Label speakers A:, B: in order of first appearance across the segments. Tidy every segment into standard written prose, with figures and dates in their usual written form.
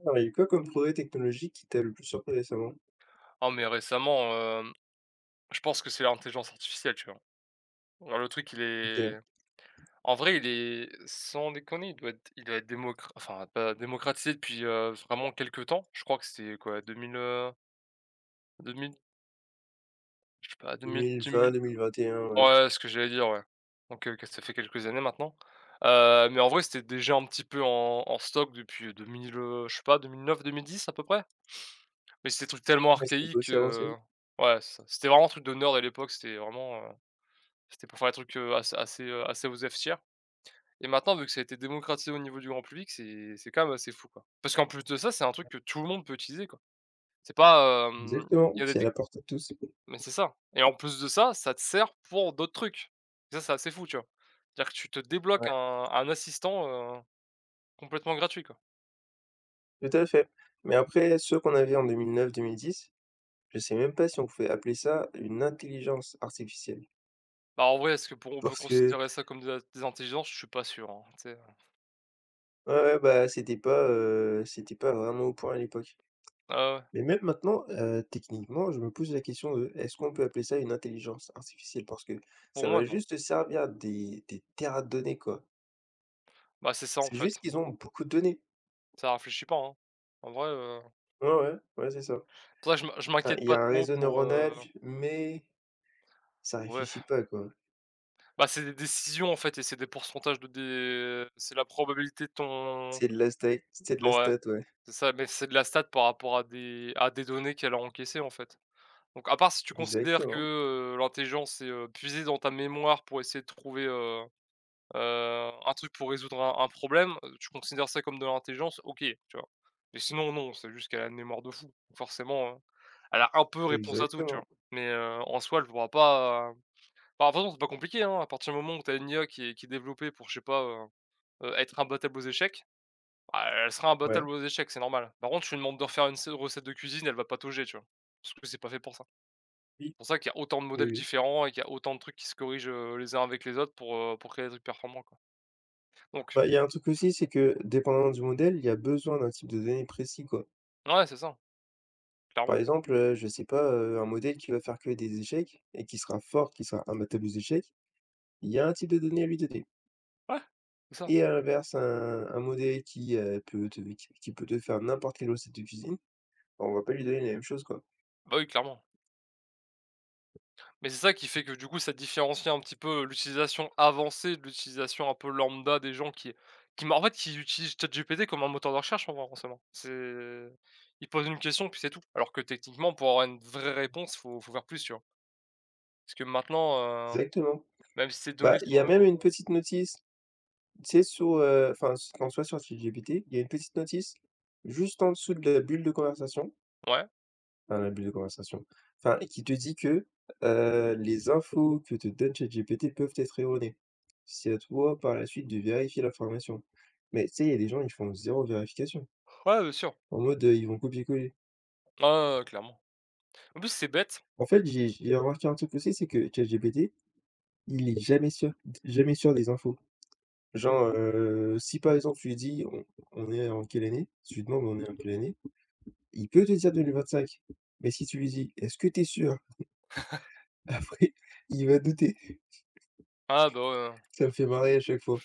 A: Alors, il y a eu quoi comme progrès technologique qui t'a le plus surpris récemment?
B: Oh mais récemment, je pense que c'est l'intelligence artificielle, tu vois? Genre le truc il
A: OK,
B: est en vrai il est sans déconner, il doit être démocr enfin pas démocratisé depuis, vraiment quelques temps. Je crois que c'était quoi 2000, 2000, je sais pas deux mille.
A: 2020-2021, ouais.
B: Ouais, ce que j'allais dire, ouais. Donc que ça fait quelques années maintenant. Mais en vrai c'était déjà un petit peu en stock depuis, 2000, je sais pas 2009 2010 à peu près? Mais c'est des trucs tellement
A: Ah, mais c'était pas
B: archaïques,
A: aussi avancé.
B: ouais c'est ça. C'était vraiment un truc de nerd à l'époque, c'était vraiment, c'était pour faire des trucs, assez aux F-tiers et maintenant vu que ça a été démocratisé au niveau du grand public, c'est quand même assez fou, quoi. Parce qu'en plus de ça, c'est un truc que tout le monde peut utiliser, quoi. C'est pas, il
A: Exactement,
B: y a des
A: c'est à
B: tec
A: la portée de tous.
B: mais c'est ça et en plus de ça, ça te sert pour d'autres trucs. Et ça, c'est assez fou, tu vois? C'est-à-dire que tu te débloques
A: Ouais,
B: un assistant, heu, complètement gratuit, quoi.
A: tout à fait. Mais après, ceux qu'on avait en 2009-2010, je sais même pas si on pouvait appeler ça une intelligence artificielle.
B: Bah, en vrai, est-ce que pour on peut
A: Parce que
B: considérer ça comme des intelligences? Je suis pas sûr, hein, tu sais?
A: Ouais, ouais, bah, c'était pas vraiment au point à l'époque.
B: Ouais, ouais,
A: Mais même maintenant, techniquement, je me pose la question de: «Est-ce qu'on peut appeler ça une intelligence artificielle?» parce que
B: pour
A: ça
B: moi,
A: va
B: non.
A: juste servir à des terras de données, quoi.
B: Bah, c'est ça, en
A: C'est juste
B: fait,
A: qu'ils ont beaucoup de données.
B: ça réfléchit pas, hein. En vrai,
A: Ouais, ouais, ouais, c'est ça.
B: c'est pour ça que je
A: Enfin,
B: m'inquiète
A: il y
B: pas
A: a un
B: trop
A: réseau
B: pour.
A: neuronal, mais ça
B: Ouais,
A: réfléchit pas, quoi.
B: bah, c'est des décisions, en fait et c'est des pourcentages de dé c'est la probabilité de ton.
A: C'est de la stat c'est de la
B: Ouais,
A: stat, ouais.
B: c'est ça, mais c'est de la stat par rapport à des données qu'elle a encaissées, en fait. Donc à part si tu considères que,
A: Exactement,
B: l'intelligence est puiser dans ta mémoire pour essayer de trouver, un truc pour résoudre un problème, tu considères ça comme de l'intelligence, OK, tu vois? Mais sinon non, c'est juste qu'elle a une mémoire de fou. Forcément, elle a un peu réponse à tout, tu vois?
A: exactement.
B: Mais, en soi, elle ne pourra pas. Bah, de toute façon, c'est pas compliqué, hein, à partir du moment où tu as une IA qui est développée pour, je sais pas, être imbattable aux échecs, bah, elle sera
A: Ouais,
B: imbattable aux échecs, c'est normal. Par contre, tu lui demandes de refaire une se recette de cuisine, elle va patauger, tu vois? Parce que c'est pas fait pour ça. C'est
A: oui,
B: pour ça qu'il y a autant de
A: oui,
B: modèles
A: oui.
B: différents et qu'il y a autant de trucs qui se corrigent, les uns avec les autres pour créer des trucs performants, quoi. Donc
A: Bah, il y a un truc aussi, c'est que dépendamment du modèle, il y a besoin d'un type de données précis, quoi.
B: ouais, c'est ça, clairement.
A: Par exemple, je sais pas, un modèle qui va faire que des échecs et qui sera fort, qui sera imbattable aux échecs, il y a un type de données à lui donner.
B: Ouais, c'est ça.
A: Et à l'inverse, un modèle qui, peut te qui peut te faire n'importe quelle recette de cuisine. On va pas lui donner les mêmes choses, quoi.
B: Bah, oui, clairement. Mais c'est ça qui fait que du coup ça différencie un petit peu l'utilisation avancée de l'utilisation un peu lambda des gens qui m'a en fait qui utilisent ChatGPT comme un moteur de recherche en vrai en soi. C'est Ils posent une question puis c'est tout. Alors que techniquement pour avoir une vraie réponse, faut faire plus, tu vois? Parce que maintenant,
A: Exactement.
B: même si ces données
A: Bah, il y a
B: sont.
A: même une petite notice, tu sais, sur, enfin, s quand soit sur ChatGPT, il y a une petite notice juste en dessous de la bulle de conversation.
B: Ouais,
A: Un abus de conversation. Enfin, qui te dit que, les infos que te donne ChatGPT peuvent être erronées. C'est à toi par la suite de vérifier l'information. Mais tu sais, il y a des gens, ils font zéro vérification.
B: ouais, bien sûr.
A: En mode, ils vont copier-coller.
B: Ah ouais, ouais, clairement. En plus c'est bête.
A: En fait, j'ai remarqué un truc aussi, c'est que ChatGPT, il est jamais sûr des infos. Genre, si par exemple tu lui dis: «On est en quelle année?» si tu lui demandes: «On est en quelle année?» il peut te dire 2025. Mais si tu lui dis: «Est-ce que t'es sûr?» après, il va douter.
B: Ah bah, ouais, ouais.
A: Ça me fait marrer à chaque fois.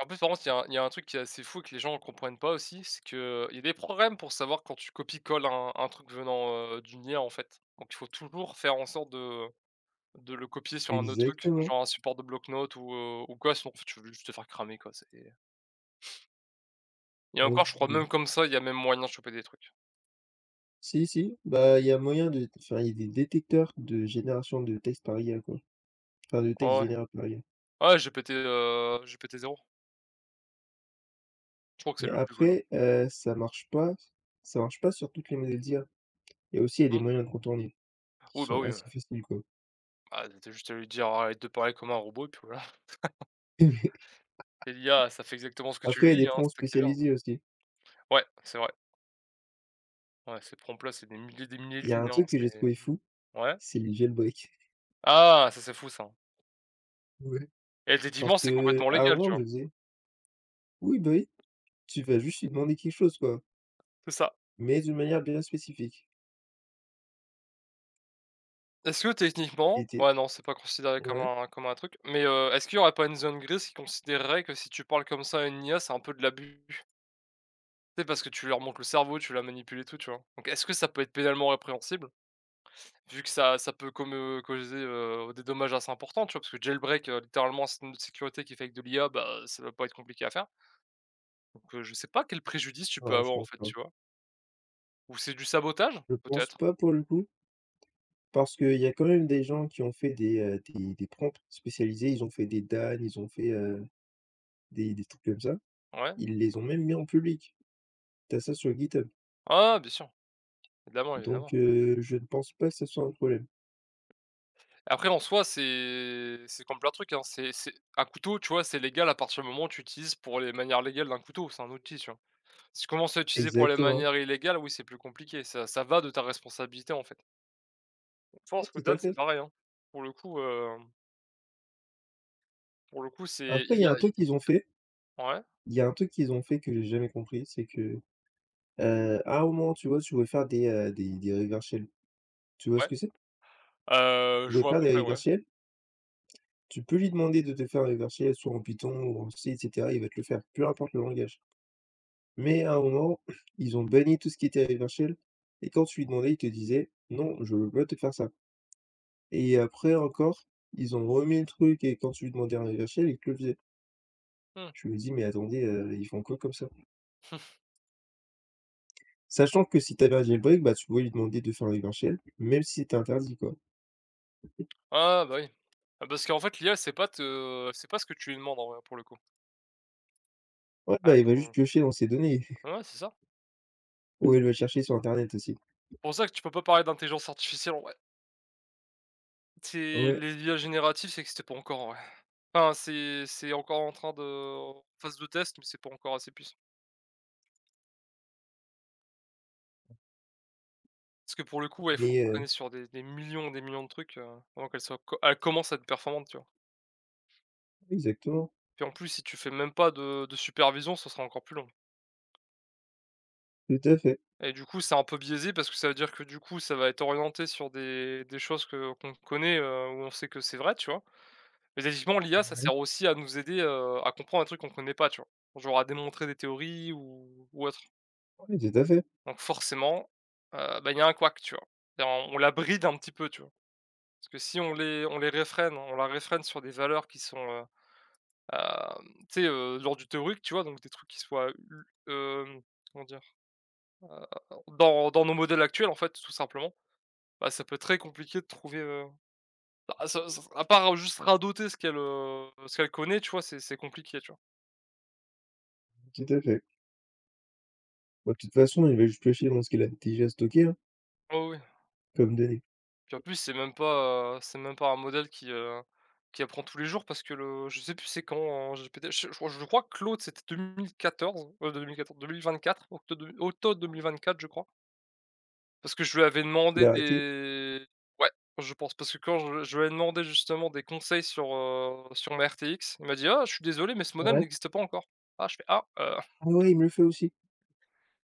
B: En plus, par contre, il y a un truc qui est assez fou et que les gens ne comprennent pas aussi, c'est qu'il y a des programmes pour savoir quand tu copies-colles un truc venant, d'une IA, en fait. Donc il faut toujours faire en sorte de le copier sur un autre truc,
A: Exactement.
B: genre un support de bloc-notes ou quoi, sinon en fait tu veux juste te faire cramer, quoi, c'est et
A: Ah oui,
B: encore, je crois
A: oui.
B: même comme ça, il y a même moyen de choper des trucs.
A: Si, si, bah, il y a moyen de enfin, il y a des détecteurs de génération de texte par IA, quoi. Enfin, de texte
B: Ah ouais.
A: généré par IA.
B: Ouais, GPT, GPTZero. Je crois que c'est
A: Mais
B: le plus connu.
A: après, ça marche pas sur toutes les modèles d'IA. Il y a aussi, il y a des
B: Mmh.
A: moyens de contourner, qui sont
B: Oui,
A: assez faciles, quoi.
B: bah, tu juste à lui dire: «Arrête de parler comme un robot» et puis voilà. Et l'IA, ça fait exactement ce que tu
A: Après, il y a
B: lui dis,
A: des
B: hein,
A: prompts
B: c'est ça qui est bien.
A: spécialisés aussi.
B: Ouais, c'est vrai. Ouais, c'est prompts-là, c'est des milliers de
A: Il y a
B: lignes,
A: un
B: hein,
A: truc que j'ai
B: c'est
A: trouvé fou,
B: ouais?
A: c'est les jailbreaks.
B: Ah! Ça, c'est fou ça.
A: Ouais.
B: Et
A: Parce
B: techniquement, c'est
A: qu'à
B: complètement
A: un
B: légal, tu
A: moment, je
B: vois?
A: faisais oui, bah, oui, tu vas juste lui demander quelque chose, quoi,
B: C'est ça.
A: mais d'une manière bien spécifique.
B: Est-ce que
A: Et
B: techniquement
A: tu
B: ouais, non, c'est pas considéré comme
A: Ouais?
B: un truc, mais est-ce qu'il y aurait pas une zone grise qui considérerait que si tu parles comme ça à une IA, c'est un peu de l'abus? C'est parce que tu leur montres le cerveau, tu la manipules et tout, tu vois? Donc est-ce que ça peut être pénalement répréhensible? Vu que ça peut comme, causer, des dommages assez importants, tu vois? Parce que jailbreak, littéralement c'est une sécurité qui fait avec de l'IA, bah, ça va pas être compliqué à faire. Donc je sais pas quel préjudice tu peux
A: Non, je
B: avoir, en
A: pense
B: fait,
A: pas.
B: tu vois? Ou c'est du sabotage?
A: Je pense
B: Peut-être,
A: pas pour le coup, parce qu'il y a quand même des gens qui ont fait des prompts spécialisés, ils ont fait des Dan, ils ont fait, des trucs comme ça.
B: ouais.
A: Ils les ont même mis en public. T'as ça sur GitHub,
B: Ah ouais, bien sûr, évidemment,
A: donc
B: évidemment.
A: je ne pense pas que ce soit un problème.
B: Après en soi, c'est comme plein de trucs, hein, c'est un couteau, tu vois, c'est légal à partir du moment où tu utilises pour les manières légales d'un couteau, c'est un outil, tu vois? Si tu commences à l'utiliser pour les
A: Exactement.
B: manières illégales, oui, c'est plus compliqué, ça va de ta responsabilité, en fait. Je
A: Ouais,
B: pense que
A: tout à
B: Dan, c'est
A: fait.
B: pareil, hein. Pour le coup, heu, pour le coup, c'est
A: Après, il y
B: il
A: a
B: a
A: un truc qu'ils ont fait
B: ouais,
A: il y a un truc qu'ils ont fait que j'ai jamais compris, c'est que, à un moment, tu vois, tu veux faire des reverse shell. Tu vois ce
B: ouais,
A: que c'est? Tu
B: je
A: veux
B: vois à
A: faire
B: peu
A: des
B: près, ouais.
A: réversiels, tu peux lui demander de te faire un réversiel soit en Python ou en C et cetera, il va te le faire, peu importe le langage. Mais à un moment, ils ont banni tout ce qui était réversiel et quand tu lui demandais, il te disait: «Non, je veux pas te faire ça» et après encore, ils ont remis le truc et quand tu lui demandais un réversiel, il te le faisait.
B: Mmh.
A: Je me dis: «Mais attendez, ils font quoi comme ça?» Sachant que si t'avais un jailbreak, bah, tu pouvais lui demander de faire un réversiel, même si c'était interdit, quoi.
B: Ah bah oui. Ah parce qu'en fait l'IA, c'est pas ce que tu lui demandes en vrai, pour le coup.
A: Ouais,
B: Ouais,
A: bah, il va
B: pour
A: juste
B: le
A: piocher dans ses données.
B: ouais, c'est ça.
A: Ou il va chercher sur internet aussi.
B: Pour ça que tu peux pas parler d'intelligence artificielle, ouais, c'est
A: Ouais,
B: les IA génératives, c'est que existe pas encore, ouais. Enfin, c'est encore en phase de test, mais c'est pas encore assez puissant. Parce que pour le coup, ouais, il faut
A: mais
B: entraîner sur des millions, des millions de trucs, avant qu'elle soit co elle commence à être performante, tu vois?
A: exactement,
B: Puis en plus, si tu fais même pas de supervision, ce sera encore plus long
A: tout à fait.
B: et du coup, c'est un peu biaisé parce que ça veut dire que, du coup, ça va être orienté sur des choses que qu'on connaît, où on sait que c'est vrai, tu vois? Mais effectivement, l'IA, ça sert aussi à nous aider, à comprendre un truc qu'on connaît pas, tu vois? Genre à démontrer des théories ou autre.
A: Oui, tout à fait,
B: Donc forcément, bah, il y a un couac, tu vois? C'est-à-dire on la bride un petit peu, tu vois? Parce que si on les réfrène, on la réfrène sur des valeurs qui sont, hem, tu sais, de du théorique, tu vois? Donc des trucs qui soient u comment dire? Heu, dans nos modèles actuels, en fait, tout simplement, bah, ça peut être très compliqué de trouver, bah, ça ça à part juste radoter ce qu'elle connaît, tu vois? C'est compliqué, tu vois?
A: tout à fait. Bah, de toute façon, il va juste piocher dans ce qu'il a déjà stocké, hein,
B: Oui, oui.
A: comme données.
B: Puis en plus, c'est même pas un modèle qui apprend tous les jours parce que le je sais plus c'est quand GPT, je crois que l'autre c'était 2014, 2024, octo 2024, automne 2024 je crois. Parce que je lui avais
A: Il
B: demandé
A: a arrêté,
B: des Ouais, je pense parce que quand je lui avais demandé justement des conseils sur ma RTX, il m'a dit: «Ah je suis désolé mais ce modèle
A: ouais.
B: n'existe pas encore». Ah je fais: «Ah».
A: Ah ouais, il me le fait aussi,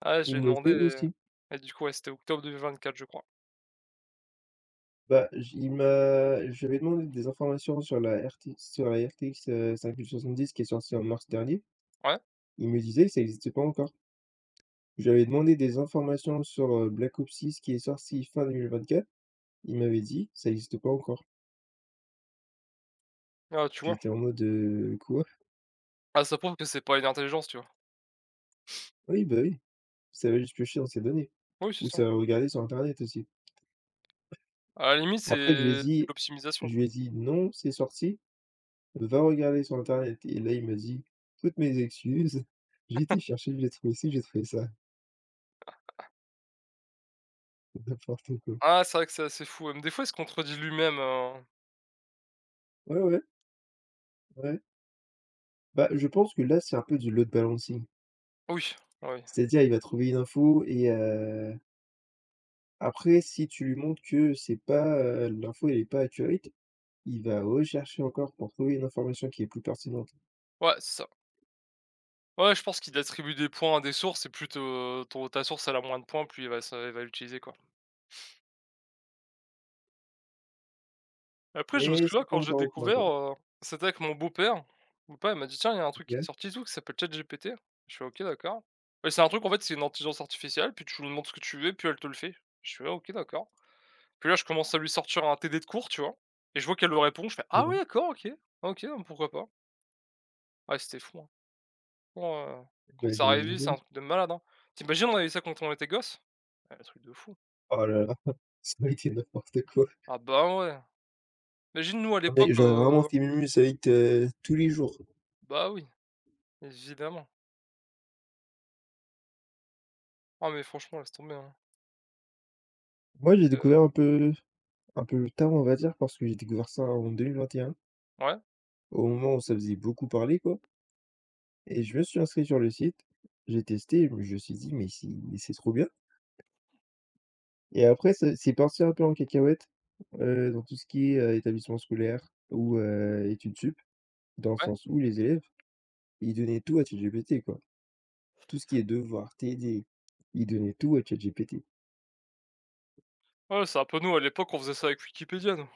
B: Ah je lui
A: il
B: ai
A: me le
B: demandé
A: fait aussi.
B: et du coup ouais, c'était octobre 2024 je crois.
A: Bah, j il m'a je lui avais demandé des informations sur la RT sur la RTX, 5070 qui est sortie en mars dernier.
B: Ouais,
A: Il me disait que ça n'existait pas encore. J'avais demandé des informations sur, Black Ops 6 qui est sorti fin 2024. Il m'avait dit: «Ça existe pas encore».
B: ah tu vois?
A: J'étais en mode: «Quoi?»
B: Ah ça prouve que c'est pas une intelligence, tu vois?
A: Oui, bah, oui, ça va juste piocher dans ses données
B: Oui, c'est
A: ou
B: ça.
A: ça va regarder sur internet aussi.
B: À la limite,
A: Après, je lui ai
B: c'est
A: dit
B: l'optimisation.
A: je lui ai dit: «Non, c'est sorti, va regarder sur internet» et là, il m'a dit: «Toutes mes excuses, j'ai été chercher, j'ai trouvé ci, j'ai trouvé ça». N'importe quoi.
B: Ah, c'est vrai que c'est assez fou, des fois, il se contredit lui-même, hein.
A: Ouais, ouais, ouais. Bah, je pense que là, c'est un peu du load balancing.
B: Ah oui, ah oui.
A: C'est-à-dire, il va trouver une info et après si tu lui montres que c'est pas, l'info elle est pas accurate, il va rechercher encore pour trouver une information qui est plus pertinente.
B: Ouais, c'est ça. Ouais, je pense qu'il attribue des points à des sources et plus te ton ta source elle a moins de points, plus il va se il va l'utiliser, quoi. Après, je me
A: Mais
B: souviens
A: c'est pas
B: quand j'ai
A: encore au point,
B: découvert,
A: quoi.
B: c'était avec mon beau-père. Mon père, il m'a dit: «Tiens, il y a un truc qui est
A: OK.
B: sorti et tout, qui s'appelle ChatGPT». Je fais: «OK, d'accord». Bah, c'est un truc, en fait, c'est une intelligence artificielle, puis tu lui demandes ce que tu veux, puis elle te le fait. Je fais: «Ah, OK, d'accord». Puis là, je commence à lui sortir un TD de cours, tu vois? Et je vois qu'elle le répond, je fais: «Ah oui,
A: Ouais,
B: d'accord, OK. OK, pourquoi pas». Ouais, c'était fou, hein. Ouah, quand
A: bah,
B: ça
A: j'imagine
B: révise, c'est
A: bien.
B: un truc de malade, hein. Tu imagines, on avait ça quand on était gosse? Ah, le truc de fou.
A: Oh là là, ça a été n'importe quoi.
B: Ah bah, ouais. Imagine, nous, à
A: Ah
B: l'époque,
A: mais j'aurais vraiment fait Mimus avec, tous les jours.
B: bah, oui, évidemment. Ah, mais franchement, laisse tomber, hein.
A: Moi, j'ai
B: Heu,
A: découvert un peu tard, on va dire, parce que j'ai découvert ça en 2021,
B: ouais,
A: au moment où ça faisait beaucoup parler, quoi, et je me suis inscrit sur le site, j'ai testé, je me suis dit: «Mais c'est trop bien» et après c'est parti un peu en cacahuète, dans tout ce qui est, établissement scolaire ou, études sup, dans le
B: ouais.
A: sens où les élèves, ils donnaient tout à ChatGPT, quoi. Tout ce qui est devoir, TD, ils donnaient tout à ChatGPT.
B: Ouais, c'est un peu nous, à l'époque, on faisait ça avec Wikipédia, nous.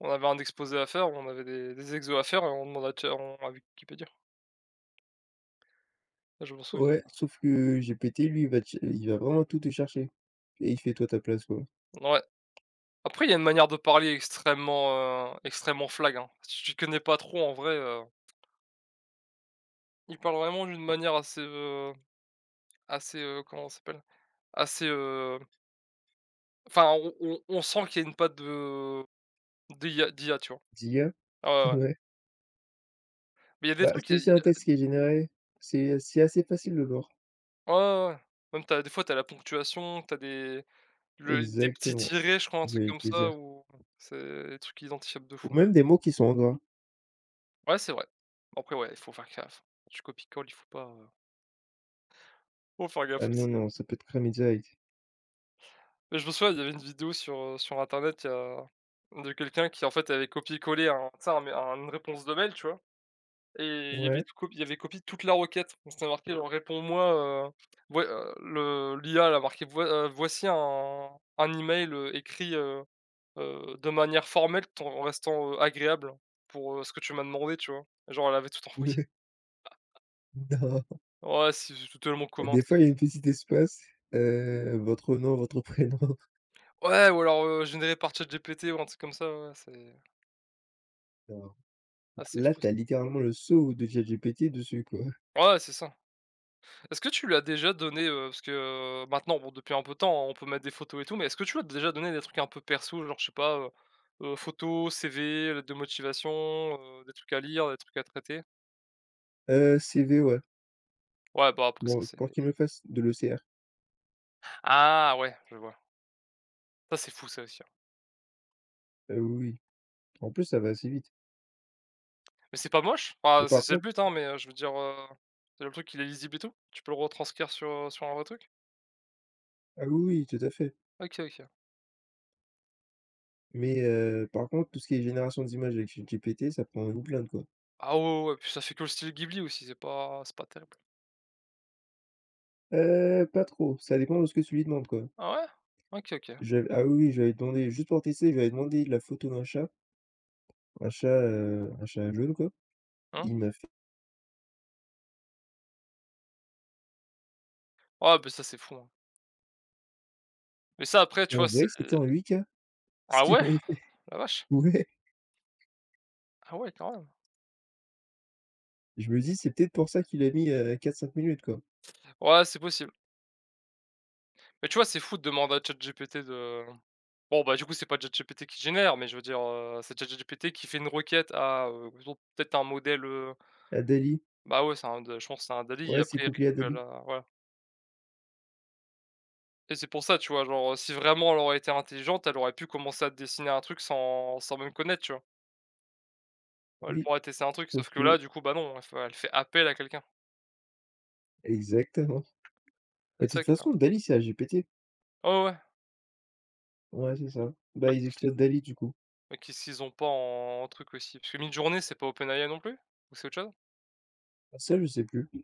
B: On avait un exposé à faire, on avait des exos à faire et on demandait à Chat on à Wikipédia. Ça, je m'en souviens.
A: Ouais, sauf que GPT, lui, il va vraiment tout te chercher et il fait toi ta place, quoi.
B: Ouais. Après, il y a une manière de parler extrêmement, extrêmement flag, hein. Si tu connais pas trop, en vrai, ils parlent vraiment d'une manière assez, assez, comment ça s'appelle? Assez, enfin on sent qu'il y a une patte de d'IA, tu vois?
A: D'IA?
B: Ah ouais, ouais.
A: Ouais.
B: Mais il y a des
A: Bah,
B: trucs, il
A: si c'est un
B: y a
A: texte qui est généré, c'est assez facile de voir.
B: ouais, ouais, ouais. Même t'as des fois t'as la ponctuation, t'as des petits
A: Exactement.
B: tirets, je crois, un truc
A: J'allais
B: comme
A: te le
B: ça
A: dire.
B: ou c'est des trucs identifiables de
A: Ou
B: fou.
A: même des mots qui sont en gras.
B: Ouais, c'est vrai. Bon, après ouais, il faut faire gaffe. Tu copie colles, il faut pas, faut faire
A: Ah
B: gaffe aussi,
A: non, non, ça peut te cramer direct.
B: Mais je me souviens, il y avait une vidéo sur, sur internet, il y a de quelqu'un qui en fait avait copié collé un tu sais, un une réponse de mail, tu vois? Et il y avait
A: Ouais.
B: tout cop il y avait copié toute la requête. Donc c'était marqué genre: «Réponds-moi, voi» le l'IA elle a marqué: Voici un email, écrit, de manière formelle tout en restant, agréable pour, ce que tu m'as demandé», tu vois? Genre elle avait tout envoyé.
A: Ouais. Non.
B: Ouais, c'est totalement commun,
A: Des
B: tu sais?
A: fois, il y a une petite espace, votre nom, votre prénom.
B: Ouais, ou alors, généré par ChatGPT ou un truc comme ça, ouais, c'est
A: Non.
B: ah c'est
A: Là,
B: fou ça.
A: t'as littéralement le sceau de ChatGPT dessus, quoi.
B: Ouais, c'est ça. Est-ce que tu lui as déjà donné, parce que, maintenant, bon, depuis un peu de temps, on peut mettre des photos et tout, mais est-ce que tu lui as déjà donné des trucs un peu perso, genre, je sais pas, photos, CV, lettre de motivation, des trucs à lire, des trucs à traiter?
A: CV, ouais.
B: Ouais, bah, après ça,
A: Bon,
B: c'est
A: pour qu'il me fasse de l'OCR.
B: ah ouais, je vois. Ça, c'est fou, ça aussi, hein.
A: Oui, oui. En plus, ça va assez vite.
B: Mais c'est pas moche?
A: Mais
B: Enfin, c'est
A: par
B: c'est le
A: contre
B: but, hein, mais, je veux dire, c'est le truc, il est lisible et tout? Tu peux le retranscrire sur, sur un vrai truc?
A: Ah oui, oui, tout à fait.
B: OK, OK.
A: Mais par contre, tout ce qui est génération d'images avec ChatGPT, ça prend une blinde, quoi.
B: Ah ouais, ouais, ouais, puis ça fait que le style Ghibli aussi, c'est pas terrible.
A: Pas trop, ça dépend de ce que tu lui demandes, quoi.
B: Ah ouais? OK, OK.
A: J'av Ah oui, oui, j'avais demandé juste pour tester, j'avais demandé la photo d'un chat un chat jaune quoi.
B: Hein?
A: Il m'a fait
B: Ouais, bah, ça, c'est fou, hein. Mais ça, après, tu
A: et on
B: vois, c'est
A: dirait que c'était en 8K, ce
B: ah
A: qu'il
B: ouais?
A: m'avait fait.
B: La vache!
A: Ouais,
B: Ah ouais, quand même.
A: je me dis: «C'est peut-être pour ça qu'il a mis, 4-5 minutes quoi».
B: Ouais, c'est possible. Mais tu vois, c'est fou de demander à ChatGPT de bon, bah, du coup, c'est pas ChatGPT qui génère, mais je veux dire, c'est ChatGPT qui fait une requête à, disons peut-être un modèle,
A: À Dali.
B: bah, ouais, c'est un je pense que c'est un dall et
A: Ouais, c'est
B: après il
A: couplé à
B: récupère
A: Dali.
B: la voilà et c'est pour ça, tu vois? Genre, si vraiment elle aurait été intelligente, elle aurait pu commencer à dessiner un truc sans même connaître, tu vois? Elle
A: Oui,
B: pourrait tester un truc, sauf
A: sauf
B: que là,
A: que
B: du coup, bah, non, elle fait appel à quelqu'un.
A: exactement. Mais
B: C'est
A: de
B: ça
A: toute
B: qui est imp
A: façon Dali c'est dall G P T.
B: ouais,
A: Ouais, c'est ça. Bah, ils
B: ouais.
A: exploitent Dali du coup.
B: Mais qu'est-ce qu'ils ont pas en truc aussi? Parce que Midjourney, c'est pas OpenAI non plus? Ou c'est autre chose?
A: Ça, je sais plus.